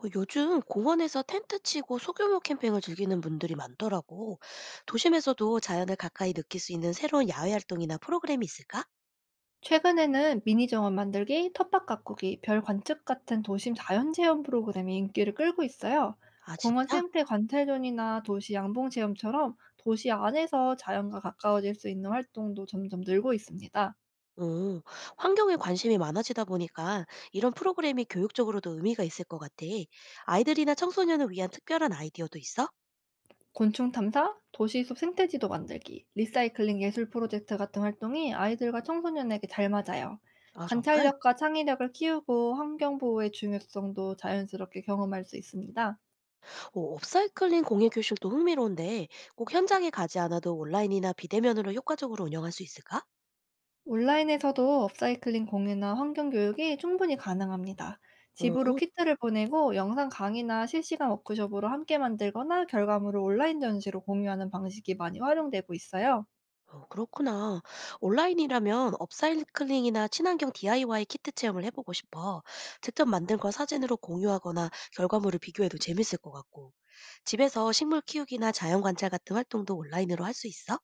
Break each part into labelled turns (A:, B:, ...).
A: 요즘 공원에서 텐트 치고 소규모 캠핑을 즐기는 분들이 많더라고. 도심에서도 자연을 가까이 느낄 수 있는 새로운 야외 활동이나 프로그램이 있을까?
B: 최근에는 미니 정원 만들기, 텃밭 가꾸기, 별 관측 같은 도심 자연 체험 프로그램이 인기를 끌고 있어요.
A: 아,
B: 공원
A: 진짜?
B: 생태 관찰존이나 도시 양봉 체험처럼 도시 안에서 자연과 가까워질 수 있는 활동도 점점 늘고 있습니다.
A: 어, 환경에 관심이 많아지다 보니까 이런 프로그램이 교육적으로도 의미가 있을 것 같아. 아이들이나 청소년을 위한 특별한 아이디어도 있어?
B: 곤충 탐사, 도시 숲 생태지도 만들기, 리사이클링 예술 프로젝트 같은 활동이 아이들과 청소년에게 잘 맞아요.
A: 아, 정말?
B: 관찰력과 창의력을 키우고 환경 보호의 중요성도 자연스럽게 경험할 수 있습니다.
A: 오, 업사이클링 공예 교실도 흥미로운데 꼭 현장에 가지 않아도 온라인이나 비대면으로 효과적으로 운영할 수 있을까?
B: 온라인에서도 업사이클링 공유나 환경 교육이 충분히 가능합니다. 집으로
A: 어.
B: 키트를 보내고 영상 강의나 실시간 워크숍으로 함께 만들거나 결과물을 온라인 전시로 공유하는 방식이 많이 활용되고 있어요.
A: 그렇구나. 온라인이라면 업사이클링이나 친환경 DIY 키트 체험을 해보고 싶어. 직접 만든 걸 사진으로 공유하거나 결과물을 비교해도 재밌을 것 같고. 집에서 식물 키우기나 자연 관찰 같은 활동도 온라인으로 할 수 있어?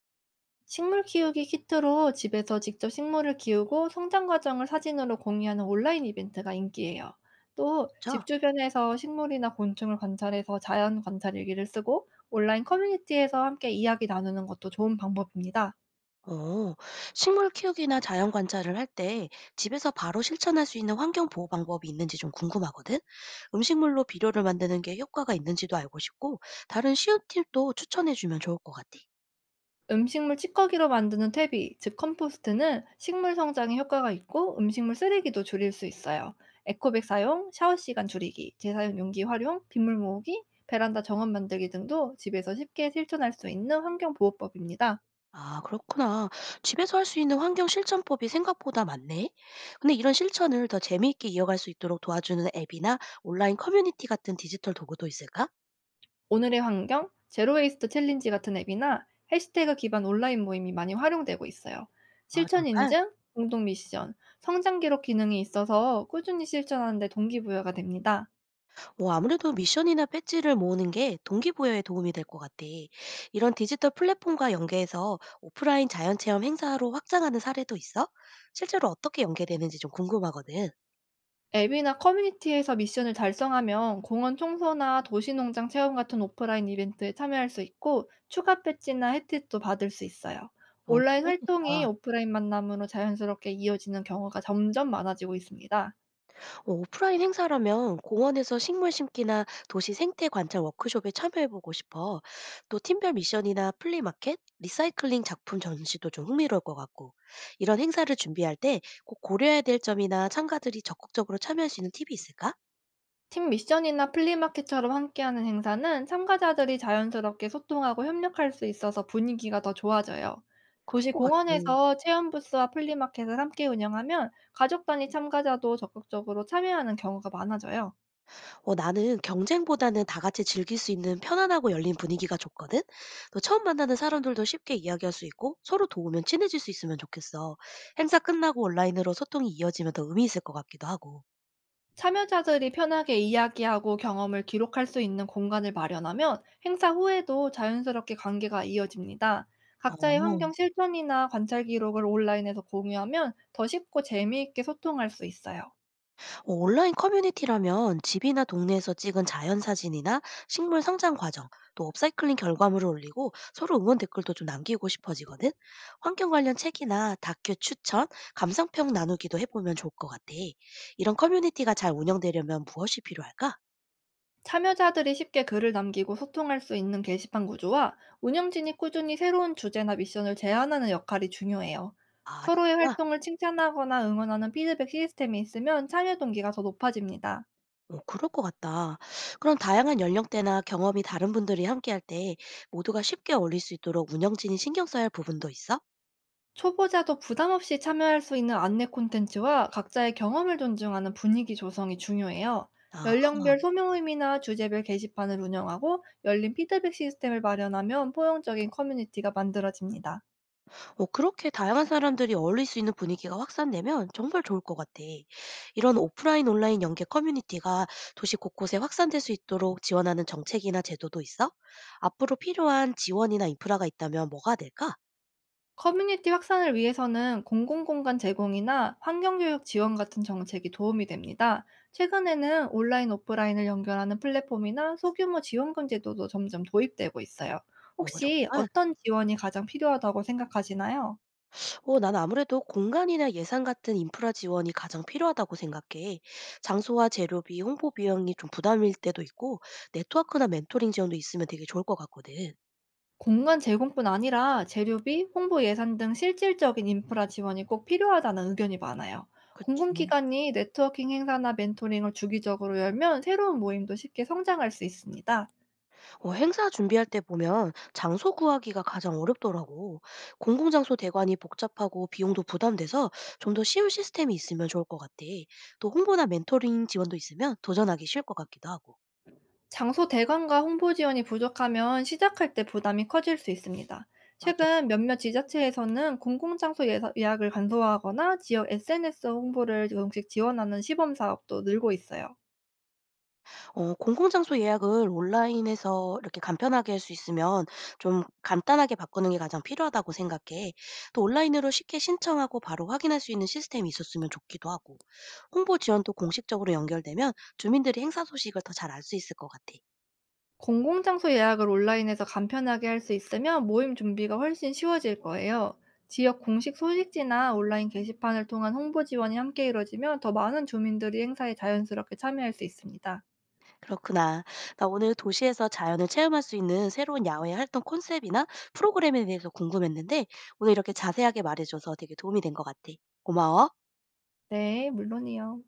B: 식물 키우기 키트로 집에서 직접 식물을 키우고 성장 과정을 사진으로 공유하는 온라인 이벤트가 인기예요. 또
A: 그쵸?
B: 집 주변에서 식물이나 곤충을 관찰해서 자연 관찰 일기를 쓰고 온라인 커뮤니티에서 함께 이야기 나누는 것도 좋은 방법입니다.
A: 어, 식물 키우기나 자연 관찰을 할 때 집에서 바로 실천할 수 있는 환경 보호 방법이 있는지 좀 궁금하거든? 음식물로 비료를 만드는 게 효과가 있는지도 알고 싶고, 다른 쉬운 팁도 추천해 주면 좋을 것 같아.
B: 음식물 찌꺼기로 만드는 퇴비, 즉 컴포스트는 식물 성장에 효과가 있고 음식물 쓰레기도 줄일 수 있어요. 에코백 사용, 샤워 시간 줄이기, 재사용 용기 활용, 빗물 모으기, 베란다 정원 만들기 등도 집에서 쉽게 실천할 수 있는 환경 보호법입니다.
A: 아, 그렇구나. 집에서 할 수 있는 환경 실천법이 생각보다 많네. 근데 이런 실천을 더 재미있게 이어갈 수 있도록 도와주는 앱이나 온라인 커뮤니티 같은 디지털 도구도 있을까?
B: 오늘의 환경, 제로웨이스트 챌린지 같은 앱이나 해시태그 기반 온라인 모임이 많이 활용되고 있어요.
A: 아,
B: 실천
A: 정말?
B: 인증, 공동 미션, 성장 기록 기능이 있어서 꾸준히 실천하는 데 동기부여가 됩니다.
A: 아무래도 미션이나 배지를 모으는 게 동기부여에 도움이 될 것 같아. 이런 디지털 플랫폼과 연계해서 오프라인 자연체험 행사로 확장하는 사례도 있어? 실제로 어떻게 연계되는지 좀 궁금하거든.
B: 앱이나 커뮤니티에서 미션을 달성하면 공원 청소나 도시농장 체험 같은 오프라인 이벤트에 참여할 수 있고, 추가 배지나 혜택도 받을 수 있어요. 온라인 활동이
A: 재밌겠다.
B: 오프라인 만남으로 자연스럽게 이어지는 경우가 점점 많아지고 있습니다.
A: 오프라인 행사라면 공원에서 식물 심기나 도시 생태 관찰 워크숍에 참여해보고 싶어. 또 팀별 미션이나 플리마켓, 리사이클링 작품 전시도 좀 흥미로울 것 같고. 이런 행사를 준비할 때 꼭 고려해야 될 점이나 참가들이 적극적으로 참여할 수 있는 팁이 있을까?
B: 팀 미션이나 플리마켓처럼 함께하는 행사는 참가자들이 자연스럽게 소통하고 협력할 수 있어서 분위기가 더 좋아져요.
A: 그럴
B: 도시
A: 것 같아.
B: 공원에서 체험 부스와 플리마켓을 함께 운영하면 가족 단위 참가자도 적극적으로 참여하는 경우가 많아져요.
A: 나는 경쟁보다는 다 같이 즐길 수 있는 편안하고 열린 분위기가 좋거든? 또 처음 만나는 사람들도 쉽게 이야기할 수 있고 서로 도우면 친해질 수 있으면 좋겠어. 행사 끝나고 온라인으로 소통이 이어지면 더 의미 있을 것 같기도 하고.
B: 참여자들이 편하게 이야기하고 경험을 기록할 수 있는 공간을 마련하면 행사 후에도 자연스럽게 관계가 이어집니다. 각자의
A: 어.
B: 환경 실천이나 관찰 기록을 온라인에서 공유하면 더 쉽고 재미있게 소통할 수 있어요.
A: 온라인 커뮤니티라면 집이나 동네에서 찍은 자연 사진이나 식물 성장 과정, 또 업사이클링 결과물을 올리고 서로 응원 댓글도 좀 남기고 싶어지거든. 환경 관련 책이나 다큐 추천, 감상평 나누기도 해보면 좋을 것 같아. 이런 커뮤니티가 잘 운영되려면 무엇이 필요할까?
B: 참여자들이 쉽게 글을 남기고 소통할 수 있는 게시판 구조와 운영진이 꾸준히 새로운 주제나 미션을 제안하는 역할이 중요해요.
A: 아,
B: 서로의
A: 진짜?
B: 활동을 칭찬하거나 응원하는 피드백 시스템이 있으면 참여 동기가 더 높아집니다.
A: 그럴 것 같다. 그럼 다양한 연령대나 경험이 다른 분들이 함께할 때 모두가 쉽게 어울릴 수 있도록 운영진이 신경 써야 할 부분도 있어?
B: 초보자도 부담 없이 참여할 수 있는 안내 콘텐츠와 각자의 경험을 존중하는 분위기 조성이 중요해요.
A: 아.
B: 연령별 소명 의미나 주제별 게시판을 운영하고 열린 피드백 시스템을 마련하면 포용적인 커뮤니티가 만들어집니다.
A: 그렇게 다양한 사람들이 어울릴 수 있는 분위기가 확산되면 정말 좋을 것 같아. 이런 오프라인 온라인 연계 커뮤니티가 도시 곳곳에 확산될 수 있도록 지원하는 정책이나 제도도 있어? 앞으로 필요한 지원이나 인프라가 있다면 뭐가 될까?
B: 커뮤니티 확산을 위해서는 공공공간 제공이나 환경교육 지원 같은 정책이 도움이 됩니다. 최근에는 온라인, 오프라인을 연결하는 플랫폼이나 소규모 지원금 제도도 점점 도입되고 있어요. 혹시
A: 정말.
B: 어떤 지원이 가장 필요하다고 생각하시나요?
A: 난 아무래도 공간이나 예산 같은 인프라 지원이 가장 필요하다고 생각해. 장소와 재료비, 홍보 비용이 좀 부담일 때도 있고, 네트워크나 멘토링 지원도 있으면 되게 좋을 것 같거든.
B: 공간 제공뿐 아니라 재료비, 홍보 예산 등 실질적인 인프라 지원이 꼭 필요하다는 의견이 많아요.
A: 그치.
B: 공공기관이 네트워킹 행사나 멘토링을 주기적으로 열면 새로운 모임도 쉽게 성장할 수 있습니다.
A: 행사 준비할 때 보면 장소 구하기가 가장 어렵더라고. 공공장소 대관이 복잡하고 비용도 부담돼서 좀 더 쉬운 시스템이 있으면 좋을 것 같아. 또 홍보나 멘토링 지원도 있으면 도전하기 쉬울 것 같기도 하고.
B: 장소 대관과 홍보 지원이 부족하면 시작할 때 부담이 커질 수 있습니다.
A: 맞아.
B: 최근 몇몇 지자체에서는 공공장소 예약을 간소화하거나 지역 SNS 홍보를 조금씩 지원하는 시범 사업도 늘고 있어요.
A: 공공장소 예약을 온라인에서 이렇게 간편하게 할 수 있으면 좀 간단하게 바꾸는 게 가장 필요하다고 생각해. 또 온라인으로 쉽게 신청하고 바로 확인할 수 있는 시스템이 있었으면 좋기도 하고. 홍보 지원도 공식적으로 연결되면 주민들이 행사 소식을 더 잘 알 수 있을 것 같아.
B: 공공장소 예약을 온라인에서 간편하게 할 수 있으면 모임 준비가 훨씬 쉬워질 거예요. 지역 공식 소식지나 온라인 게시판을 통한 홍보 지원이 함께 이뤄지면 더 많은 주민들이 행사에 자연스럽게 참여할 수 있습니다.
A: 그렇구나. 나 오늘 도시에서 자연을 체험할 수 있는 새로운 야외 활동 콘셉트나 프로그램에 대해서 궁금했는데, 오늘 이렇게 자세하게 말해줘서 되게 도움이 된 것 같아. 고마워.
B: 네, 물론이요.